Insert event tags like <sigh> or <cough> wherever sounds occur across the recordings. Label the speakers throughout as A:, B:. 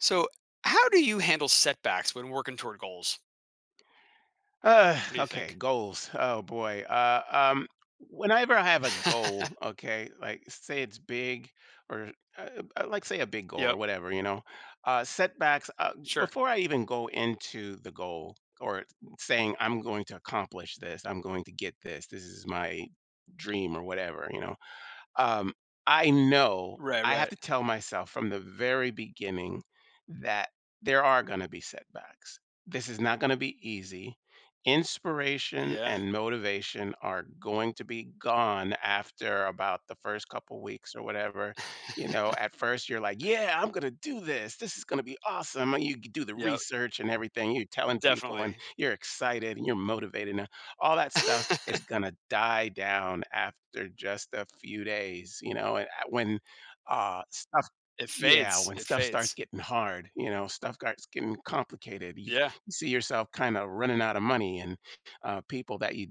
A: So, how do you handle setbacks when working toward goals? What do you
B: Okay,
A: think?
B: goals. Oh boy. Whenever I have a goal,
A: <laughs>
B: okay, like say it's big or like say a big goal or
A: Yep.
B: whatever, setbacks.
A: Sure.
B: Before I even go into the goal or saying I'm going to accomplish this, I'm going to get this. This is my dream or whatever, um, I know
A: Right.
B: I have
A: Right.
B: to tell myself from the very beginning that there are going to be setbacks. This is not going to be easy. Inspiration
A: Yeah.
B: and motivation are going to be gone after about the first couple weeks or whatever. You know, at first you're like, yeah, I'm going to do this. This is going to be awesome. And you do the
A: Yep.
B: research and everything. You're telling people and
A: Definitely.
B: you're excited and you're motivated and all that
A: <laughs>
B: stuff it's
A: It
B: gonna die down after just a few days, you know, and when stuff yeah,
A: fades.
B: when
A: It
B: stuff starts
A: fades.
B: getting hard, you know, stuff starts getting complicated.
A: Yeah.
B: You see yourself kind of running out of money and people that you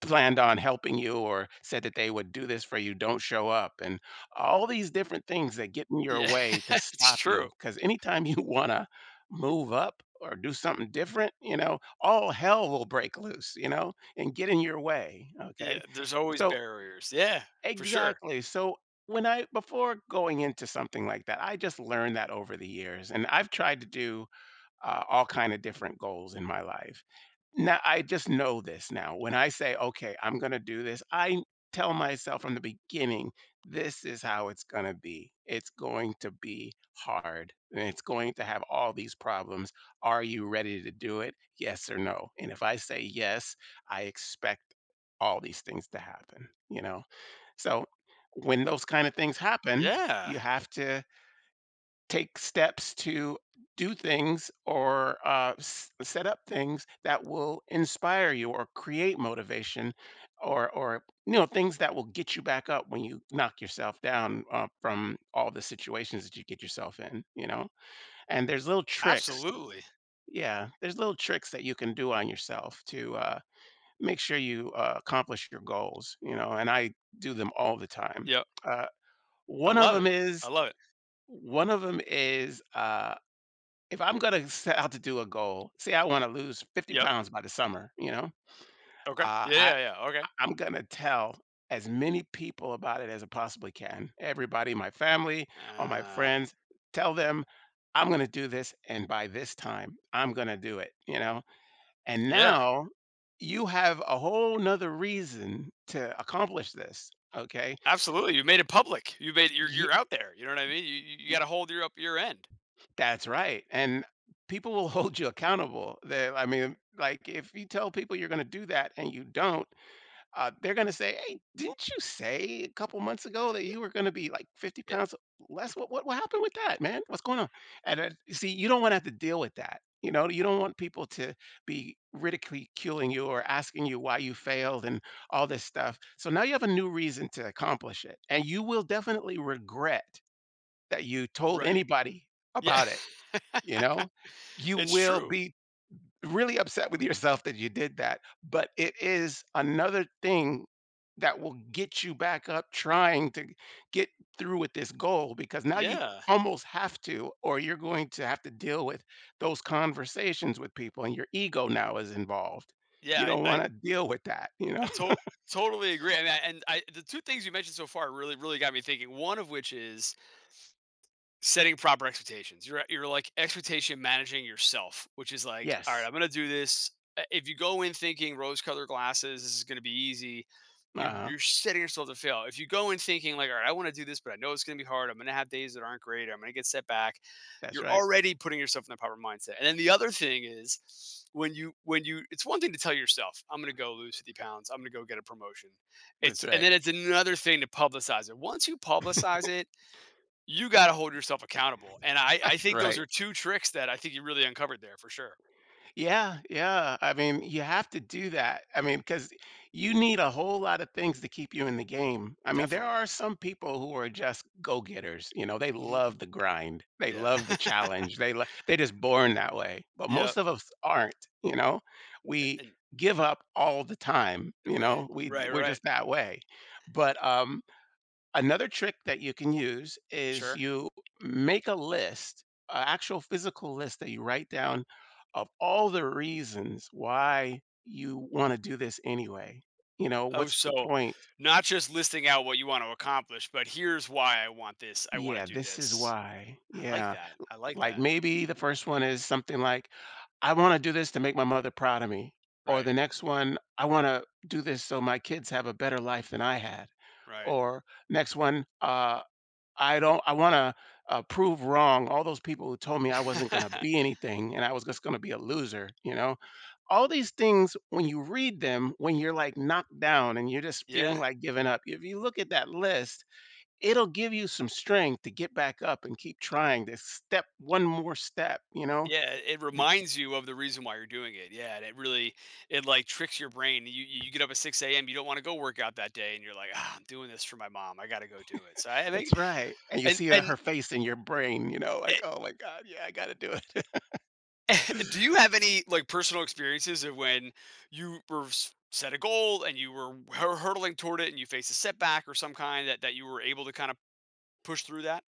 B: planned on helping you or said that they would do this for you don't show up and all these different things that get in your
A: Yeah.
B: way
A: <laughs>
B: to
A: It's
B: stop you
A: true.
B: because anytime <laughs> you want to move up or do something different, you know, all hell will break loose, you know, and get in your way,
A: Yeah.
B: okay,
A: There's always
B: so
A: barriers. Yeah. For sure.
B: exactly, so when I before going into something like that, I just learned that over the years, and I've tried to do all kind of different goals in my life. Now I just know this now. When I say, "Okay, I'm going to do this," I tell myself from the beginning, "This is how it's going to be. It's going to be hard, and it's going to have all these problems. Are you ready to do it? Yes or no?" And if I say yes, I expect all these things to happen. You know, so when those kind of things happen,
A: Yeah.
B: you have to take steps to do things or set up things that will inspire you or create motivation or you know, things that will get you back up when you knock yourself down, from all the situations that you get yourself in, you know, and there's little tricks.
A: Absolutely.
B: Yeah, there's little tricks that you can do on yourself to make sure you accomplish your goals, you know, and I do them all the time.
A: Yep.
B: uh,
A: I
B: one of
A: love
B: them
A: it. I
B: is
A: love it.
B: one of them is if I'm gonna set out to do a goal, say I wanna lose 50
A: Yep.
B: pounds by the summer, you know,
A: Okay.
B: uh,
A: Yeah.
B: I
A: Yeah. Yeah. Okay.
B: I'm gonna tell as many people about it as I possibly can. Everybody, my family, all my
A: Uh,
B: friends, tell them, "I'm gonna do this, and by this time, I'm gonna do it," you know? And
A: yeah.
B: now you have a whole 'nother reason to accomplish this, okay?
A: Absolutely. You made it public. You're
B: Ye
A: you're out there. You know what I mean? You got to hold your up your end.
B: That's right, and people will <laughs> hold you accountable. They I mean, like, if you tell people you're gonna do that and you don't, they're gonna say, "Hey, didn't you say a couple months ago that
A: Yeah.
B: you were gonna be, like, 50 pounds less? What happened with that, man? What's going on?" And then see, you don't wanna have to deal with that, you know? You don't want people to be ridiculing you or asking you why you failed and all this stuff. So now you have a new reason to accomplish it, and you will definitely regret that you told
A: Right.
B: anybody
A: Yeah.
B: about it. You
A: <laughs>
B: know? You
A: It's
B: will
A: true.
B: be really upset with yourself that you did that, but it is another thing that will get you back up trying to get through with this goal because now you
A: Yeah.
B: almost have to, or you're going to have to deal with those conversations with people, and your ego now is involved.
A: Yeah,
B: You don't
A: I I
B: wanna deal with that, you know?
A: I
B: <laughs>
A: totally agree, and I the two things you mentioned so far really, really got me thinking, one of which is setting proper expectations. You're like expectation managing yourself, which is like, all right,
B: Yes.
A: I'm gonna do this. If you go in thinking rose-colored glasses, this is gonna be easy, you
B: Uh-huh.
A: you're setting yourself to fail. If you go in thinking like, all right, I want to do this, but I know it's gonna be hard. I'm gonna have days that aren't great. I'm gonna get set back.
B: That's
A: You're
B: right.
A: already putting yourself in the proper mindset. And then the other thing is when you it's one thing to tell yourself I'm going to go lose 50 pounds, I'm going to go get a promotion.
B: That's
A: It's and
B: right.
A: then it's another thing to publicize it. Once you publicize it, you gotta hold yourself accountable, and I think those
B: Right.
A: are two tricks that I think you really uncovered there for sure.
B: Yeah, yeah. I mean, you have to do that. I mean, because you need a whole lot of things to keep you in the game. I mean, there
A: Definitely.
B: are some people who are just go-getters. You know, they
A: Mhm.
B: love the grind. They
A: Yeah.
B: love the challenge.
A: <laughs>
B: They're just born that way. But
A: Yeah,
B: most of us aren't. You know, we
A: and
B: give up all the time. You
A: Right.
B: know, we
A: Right,
B: we're
A: right.
B: just that way. But Another trick that you can use is
A: Sure.
B: you make a list, an actual physical list that you write down of all the reasons why you want to do this anyway. You know,
A: Oh,
B: what's the
A: so
B: point?
A: not just listing out what you want to accomplish, but here's why I want this, I wanna
B: Yeah,
A: do
B: this is
A: this.
B: why.
A: I like
B: Yeah.
A: that, I like
B: Like
A: that.
B: maybe the first one is something like, I want to do this to make my mother proud of me. Or
A: Right,
B: the next one, I want to do this so my kids have a better life than I had.
A: right.
B: Or next one, I don't I wanna, prove wrong all those people who told me I wasn't gonna be
A: <laughs>
B: anything and I was just gonna be a loser, you know? All these things, when you read them, when you're, like, knocked down and you're just feeling
A: Yeah.
B: like giving up, if you look at that list, it'll give you some strength to get back up and keep trying to step one more step, you know?
A: Yeah, it
B: To k
A: reminds you of the reason why you're doing it. Yeah, and it like tricks your brain. You get up at 6 a.m. You don't want to go work out that day, and you're like, ah, I'm doing this for my mom. I got to go do it. So I think,
B: That's right, and you
A: and
B: see her
A: and
B: her face in your brain, you know, like,
A: eh,
B: "Oh my god, yeah, I gotta do it." <laughs>
A: <laughs> do you have any like personal experiences of when you were set a goal and you were hurtling toward it and you faced a setback or some kind that you were able to kind of push through that?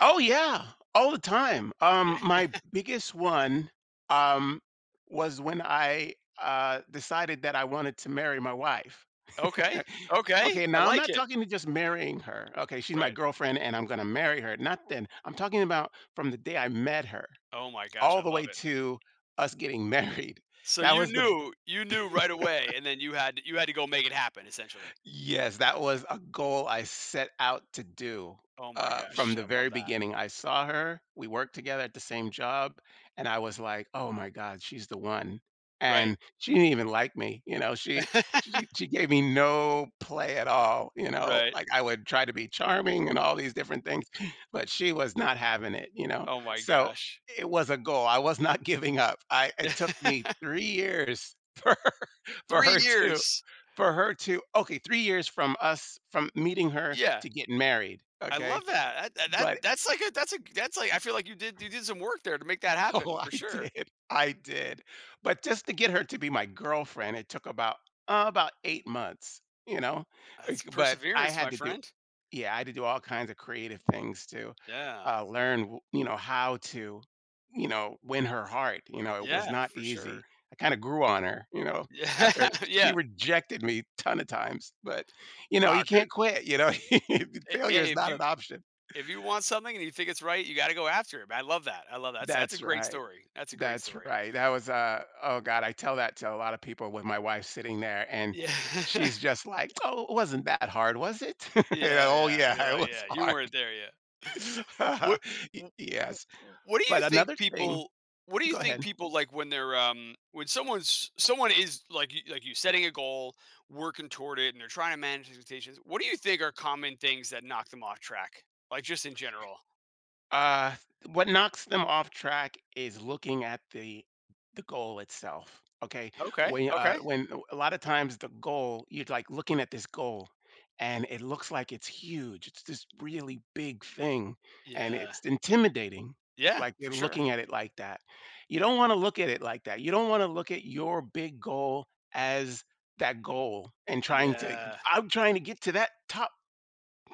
B: Oh yeah, all the time.
A: Yeah.
B: My biggest one um, was when I decided that I wanted to marry my wife.
A: Okay.
B: <laughs>
A: Okay.
B: Okay,
A: I
B: now I'm
A: like
B: not
A: it.
B: talking to just marrying her. Okay, she's my
A: Right.
B: girlfriend and I'm going to marry her. Not then. I'm talking about from the day I met her
A: Oh my gosh,
B: all
A: I
B: the
A: love
B: way
A: it.
B: to us getting <laughs> married.
A: So
B: That
A: you
B: was the
A: knew you knew right away, and then you had to go make it happen, essentially.
B: Yes, that was a goal I set out to do,
A: Oh my
B: from
A: gosh,
B: the
A: I love
B: very
A: that.
B: beginning. I saw her, we worked together at the same job, and I was like, "Oh my god, she's the one."
A: Right.
B: And
A: <laughs>
B: she didn't even like me, you know, she gave me no play at all, you know,
A: Right.
B: like, I would try to be charming and all these different things, <laughs> but she was not having it, you know?
A: Oh my
B: So,
A: gosh.
B: it was a goal, I was not <laughs> giving up. I It took me
A: <laughs>
B: 3 years <laughs> for
A: 3
B: her to
A: years.
B: for her to okay, 3 years from us from meeting her
A: Yeah,
B: to getting married,
A: I
B: okay?
A: love that. That that
B: But
A: that's like a that's like, I feel like you did some work there to make that
B: <laughs> Oh,
A: happen, for sure.
B: I did. But just to get her to be my girlfriend, it took about 8 months, you know?
A: That's
B: Like, but I
A: perseverance,
B: had
A: my
B: to do
A: friend.
B: Yeah, I had to do all kinds of creative things to,
A: Yeah.
B: learn w you know, how to, you know, win her heart, you know, it was
A: Yeah,
B: not
A: for
B: easy.
A: sure.
B: I kinda grew on her, you know,
A: Yeah,
B: after
A: <laughs>
B: she
A: yeah.
B: rejected me ton of times, but, you know,
A: Wow,
B: you
A: good.
B: can't quit, you know? <laughs> Failure
A: Hey,
B: is not an option.
A: if you want something and you think it's right, you gotta go after it, man. I love that. I love that. That's a
B: That's
A: great
B: right.
A: story. That's a great
B: That's
A: story.
B: right. That was, oh god, I tell that to a lot of people with my wife sitting there, and
A: Yeah.
B: she's
A: <laughs>
B: just like, "Oh, it wasn't that hard, was it?" <laughs> And,
A: Yeah,
B: "Oh,
A: yeah. You're
B: yeah, it
A: like,
B: was
A: "Yeah, you
B: hard."
A: weren't there yet." What
B: <laughs> Y
A: w
B: Yes.
A: w what do
B: But
A: you think
B: another thing
A: people
B: Go ahead.
A: like when they're, when someone is like you setting a goal, working toward it, and they're trying to manage expectations, what do you think are common things that knock them off track? Like, just in general.
B: Uh, what knocks them off track is looking at the goal itself, okay?
A: Okay,
B: When, uh,
A: okay.
B: when a lot of times the goal, you're, like, looking at this goal, and it looks like it's huge. It's this really big thing, and
A: Yeah.
B: it's intimidating,
A: Yeah,
B: like,
A: for
B: you're
A: sure.
B: looking at it like that. You don't wanna look at it like that. You don't wanna look at your big goal as that goal and trying to
A: Yeah.
B: "I'm trying to get to that top."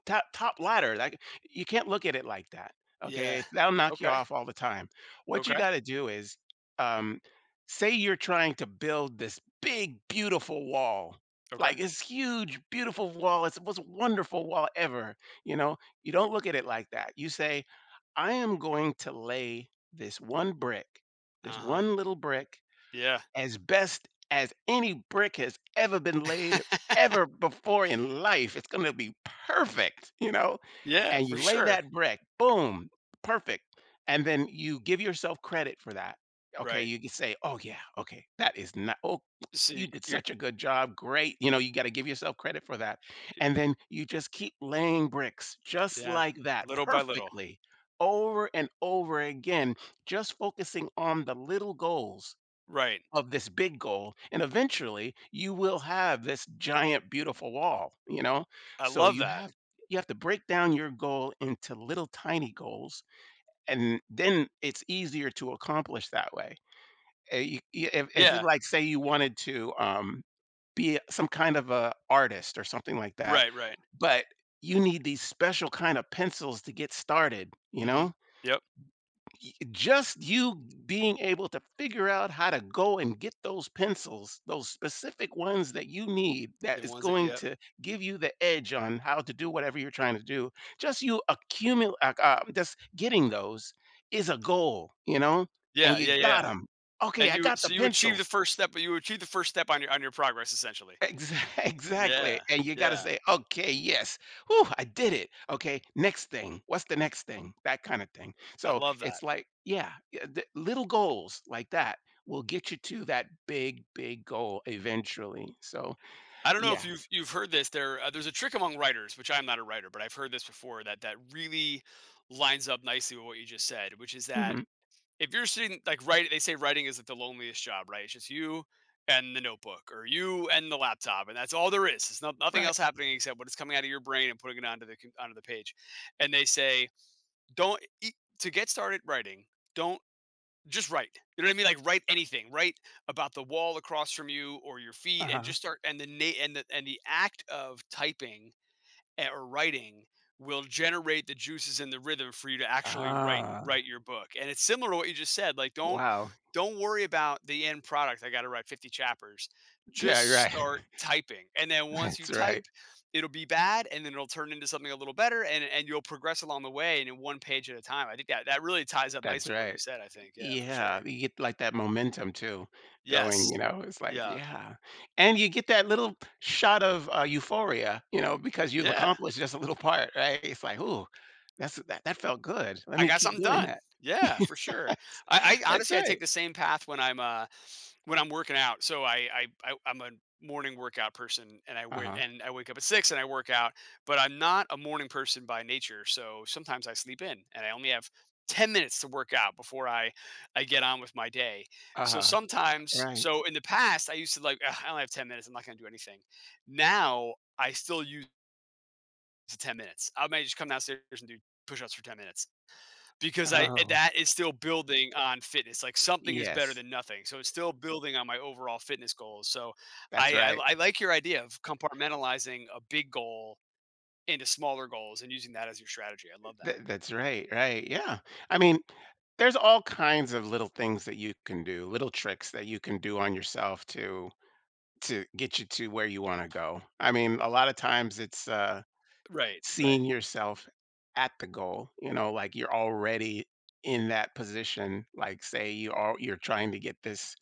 B: Top ladder. Like, you can't look at it like that,
A: Yeah.
B: okay? That'll knock you
A: Okay.
B: off all the time. What you
A: Okay.
B: gotta do is, um, say you're trying to build this big, beautiful wall,
A: Okay.
B: like, this huge, beautiful wall. It's the most wonderful wall ever, you know? You don't look at it like that. You say, "I am going to lay this one brick, this
A: Uh-huh.
B: one little brick
A: Yeah.
B: as best as any brick has ever been laid
A: <laughs>
B: ever before in life. It's gonna be perfect, you know?
A: Yeah,
B: And
A: for
B: you lay
A: sure.
B: that brick, boom, perfect. And then you give yourself credit for that. Okay,
A: Right.
B: you can say, "Oh yeah, okay, that is not oh, you
A: See,
B: did
A: you're
B: such a good job, great." You know, you gotta give yourself credit for that.
A: y
B: And then you just keep laying bricks just
A: yeah,
B: like that,
A: little by little.
B: perfectly, over and over again, just focusing on the little goals
A: Right.
B: of this big goal and eventually you will have this giant beautiful wall, you know?
A: I
B: So
A: love that.
B: you have to break down your goal into little tiny goals, and then it's easier to accomplish that way. If you,
A: Yeah.
B: like, say you wanted to be some kind of a artist or something like that,
A: Right, right.
B: but you need these special kind of pencils to get started, you
A: Mhm.
B: know?
A: Yep.
B: Y- just You being able to figure out how to go and get those pencils, those specific ones that you need, that
A: The
B: is
A: ones that
B: going
A: yep.
B: to give you the edge on how to do whatever you're trying to do. Just you accumulate, just getting those is a goal, you know, and
A: Yeah,
B: you
A: yeah,
B: got
A: yeah.
B: them. Okay,
A: And
B: I
A: you
B: got the
A: so you achieve the
B: pencils.
A: first step, but you achieve the first step on your progress, essentially.
B: Exa <laughs> exactly,
A: Yeah.
B: and you gotta
A: Yeah.
B: say, "Okay, yes. Whew, I did it. Okay, next thing. What's the next thing?" That kinda thing.
A: I
B: So,
A: love that.
B: it's like, yeah, yeah, the little goals like that will get you to that big, big goal eventually. So,
A: I don't know if
B: yeah.
A: you've heard this. There's a trick among writers, which I'm not a writer, but I've heard this before that really lines up nicely with what you just said, which is that
B: Mhm.
A: if you're sitting like write they say writing is like the loneliest job, right? It's just you and the notebook or you and the laptop and that's all there is. There's nothing else
B: Right.
A: happening except what is coming out of your brain and putting it onto the page. And they say don't e- to get started writing, don't just write. You know what I mean? Like write anything. Write about the wall across from you or your feet and
B: Uh-huh.
A: just start and the na- and the act of typing or writing will generate the juices and the rhythm for you to actually write
B: Ah.
A: write your book. And it's similar to what you just said. Like don't
B: Wow.
A: don't worry about the end product. I got to write 50 chapters. Just
B: Yeah, right.
A: start typing. And then
B: <laughs>
A: once you
B: That's right.
A: type, it'll be bad and then it'll turn into something a little better and you'll progress along the way and in one page at a time. I think that really ties up
B: That's
A: nicely what
B: right.
A: you said, I think. Yeah, for
B: Yeah,
A: sure.
B: you get, like, that momentum too going, you
A: Yes.
B: know, it's like,
A: Yeah.
B: yeah, and you get that little shot of, euphoria, you know, because you've
A: Yeah.
B: accomplished just a little part, right? It's like, "Ooh, that that felt good. Let
A: I
B: me
A: got
B: keep
A: something
B: doing
A: done.
B: that."
A: Yeah, for
B: <laughs>
A: sure.
B: That's
A: I
B: that's
A: honestly I
B: right.
A: take the same path when I'm working out. So I'm a morning workout person, and
B: Uh-huh,
A: I wake up at 6 and I work out. But I'm not a morning person by nature. So sometimes I sleep in, and I only have 10 minutes to work out before I get on with my day. So
B: uh-huh,
A: sometimes,
B: right.
A: so in the past, I used to like, "Ugh, I only have 10 minutes. I'm not going to do anything." Now I still use the 10 minutes. I may just come downstairs and do push-ups for 10 minutes because
B: Oh,
A: that is still building on fitness, like, something is better
B: yes,
A: than nothing, so it's still building on my overall fitness goals, so
B: that's
A: I I
B: right.
A: I like your idea of compartmentalizing a big goal into smaller goals and using that as your strategy, I love that.
B: That's right, right, yeah. I mean, there's all kinds of little things that you can do, little tricks that you can do on yourself to get you to where you wanna go. I mean, a lot of times it's,
A: Right,
B: seeing
A: right.
B: yourself at the goal, you know, like, you're already in that position, like, say you're trying to get this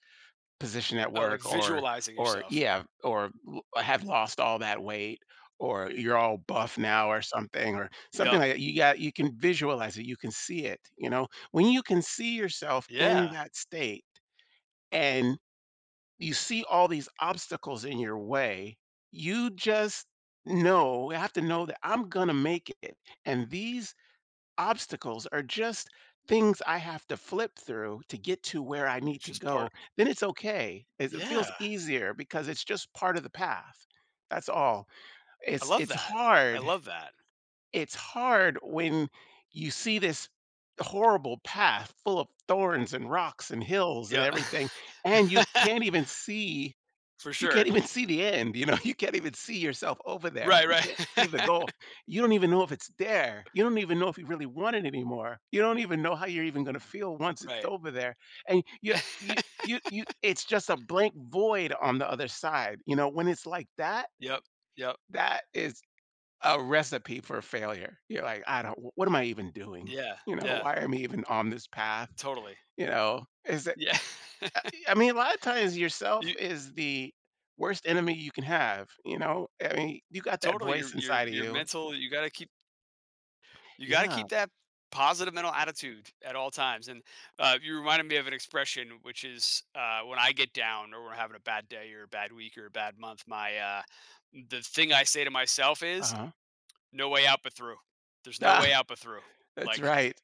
B: position at
A: Oh, like
B: work or
A: visualizing yourself.
B: yeah, or l have lost all that weight, or you're all buff now or
A: Yep.
B: something like that. You can visualize it, you can see it, you know? When you can see yourself in
A: Yeah.
B: that state and you see all these obstacles in your way, you just have to know that I'm going to make it. And these obstacles are just things I have to flip through to get to where I need
A: It's
B: to
A: just
B: go.
A: part.
B: Then it's okay. It feels
A: Yeah.
B: easier because it's just part of the path. That's all.
A: I
B: It's
A: love
B: it's
A: that. I
B: hard.
A: love that.
B: It's hard when you see this horrible path full of thorns and rocks and hills and
A: Yeah.
B: everything and
A: <laughs> For
B: you can't
A: sure.
B: even see the end, you know? <laughs> You can't even see yourself over there.
A: Right,
B: You can't see the
A: right.
B: goal.
A: <laughs>
B: You don't even know if it's there. You don't even know if you really want it anymore. You don't even know how you're even gonna feel once it's
A: Right.
B: over there, and you you
A: <laughs>
B: you you it's just a blank void on the other side, you know? When it's like that,
A: Yep, yep.
B: that is a recipe for failure. You're like, "I don't what am I even doing?"
A: Yeah,
B: You know,
A: yeah,
B: "Why am I even on this path?"
A: totally.
B: You know? It's I
A: Yeah. <laughs>
B: I mean, a lot of times yourself
A: You
B: is the worst enemy you can have, you know? I mean, you got that
A: totally
B: voice
A: your your
B: inside of
A: your
B: you.
A: mental, you gotta keep you gotta
B: Yeah,
A: keep that positive mental attitude at all times. And you reminded me of an expression, which is when I get down or when I'm having a bad day or a bad week or a bad month, my the thing I say to myself is,
B: uh-huh.
A: "No way out but through." There's no
B: Ah,
A: way out but through.
B: <laughs> that's
A: Like,
B: right.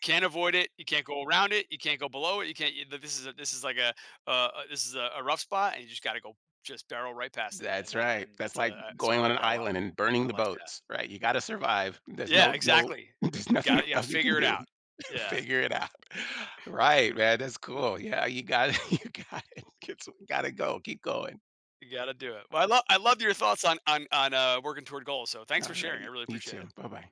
A: can't avoid it. You can't go around it. You can't go below it. You can't. You, this is a, This is a rough spot, and you just got to go, just barrel right past it. And
B: That's
A: then,
B: right.
A: and
B: That's
A: that's
B: like
A: a I- so
B: going
A: I
B: on
A: like
B: an
A: that a lot.
B: island and burning
A: I
B: the
A: like that.
B: boats, right? You gotta survive. There's
A: Yeah,
B: no no
A: exactly.
B: <laughs> there's nothing
A: Got you gotta
B: else you can
A: figure it
B: do.
A: out.
B: <laughs>
A: Yeah,
B: Figure it out. <laughs> Right, man, that's cool. Yeah, you got it. <laughs> You got it. <laughs> gotta go. Keep going.
A: you gotta do it. Well, I love your thoughts on working toward goals, so thanks for
B: All
A: sharing. I
B: right.
A: really
B: You
A: appreciate
B: too.
A: it.
B: Bye-bye.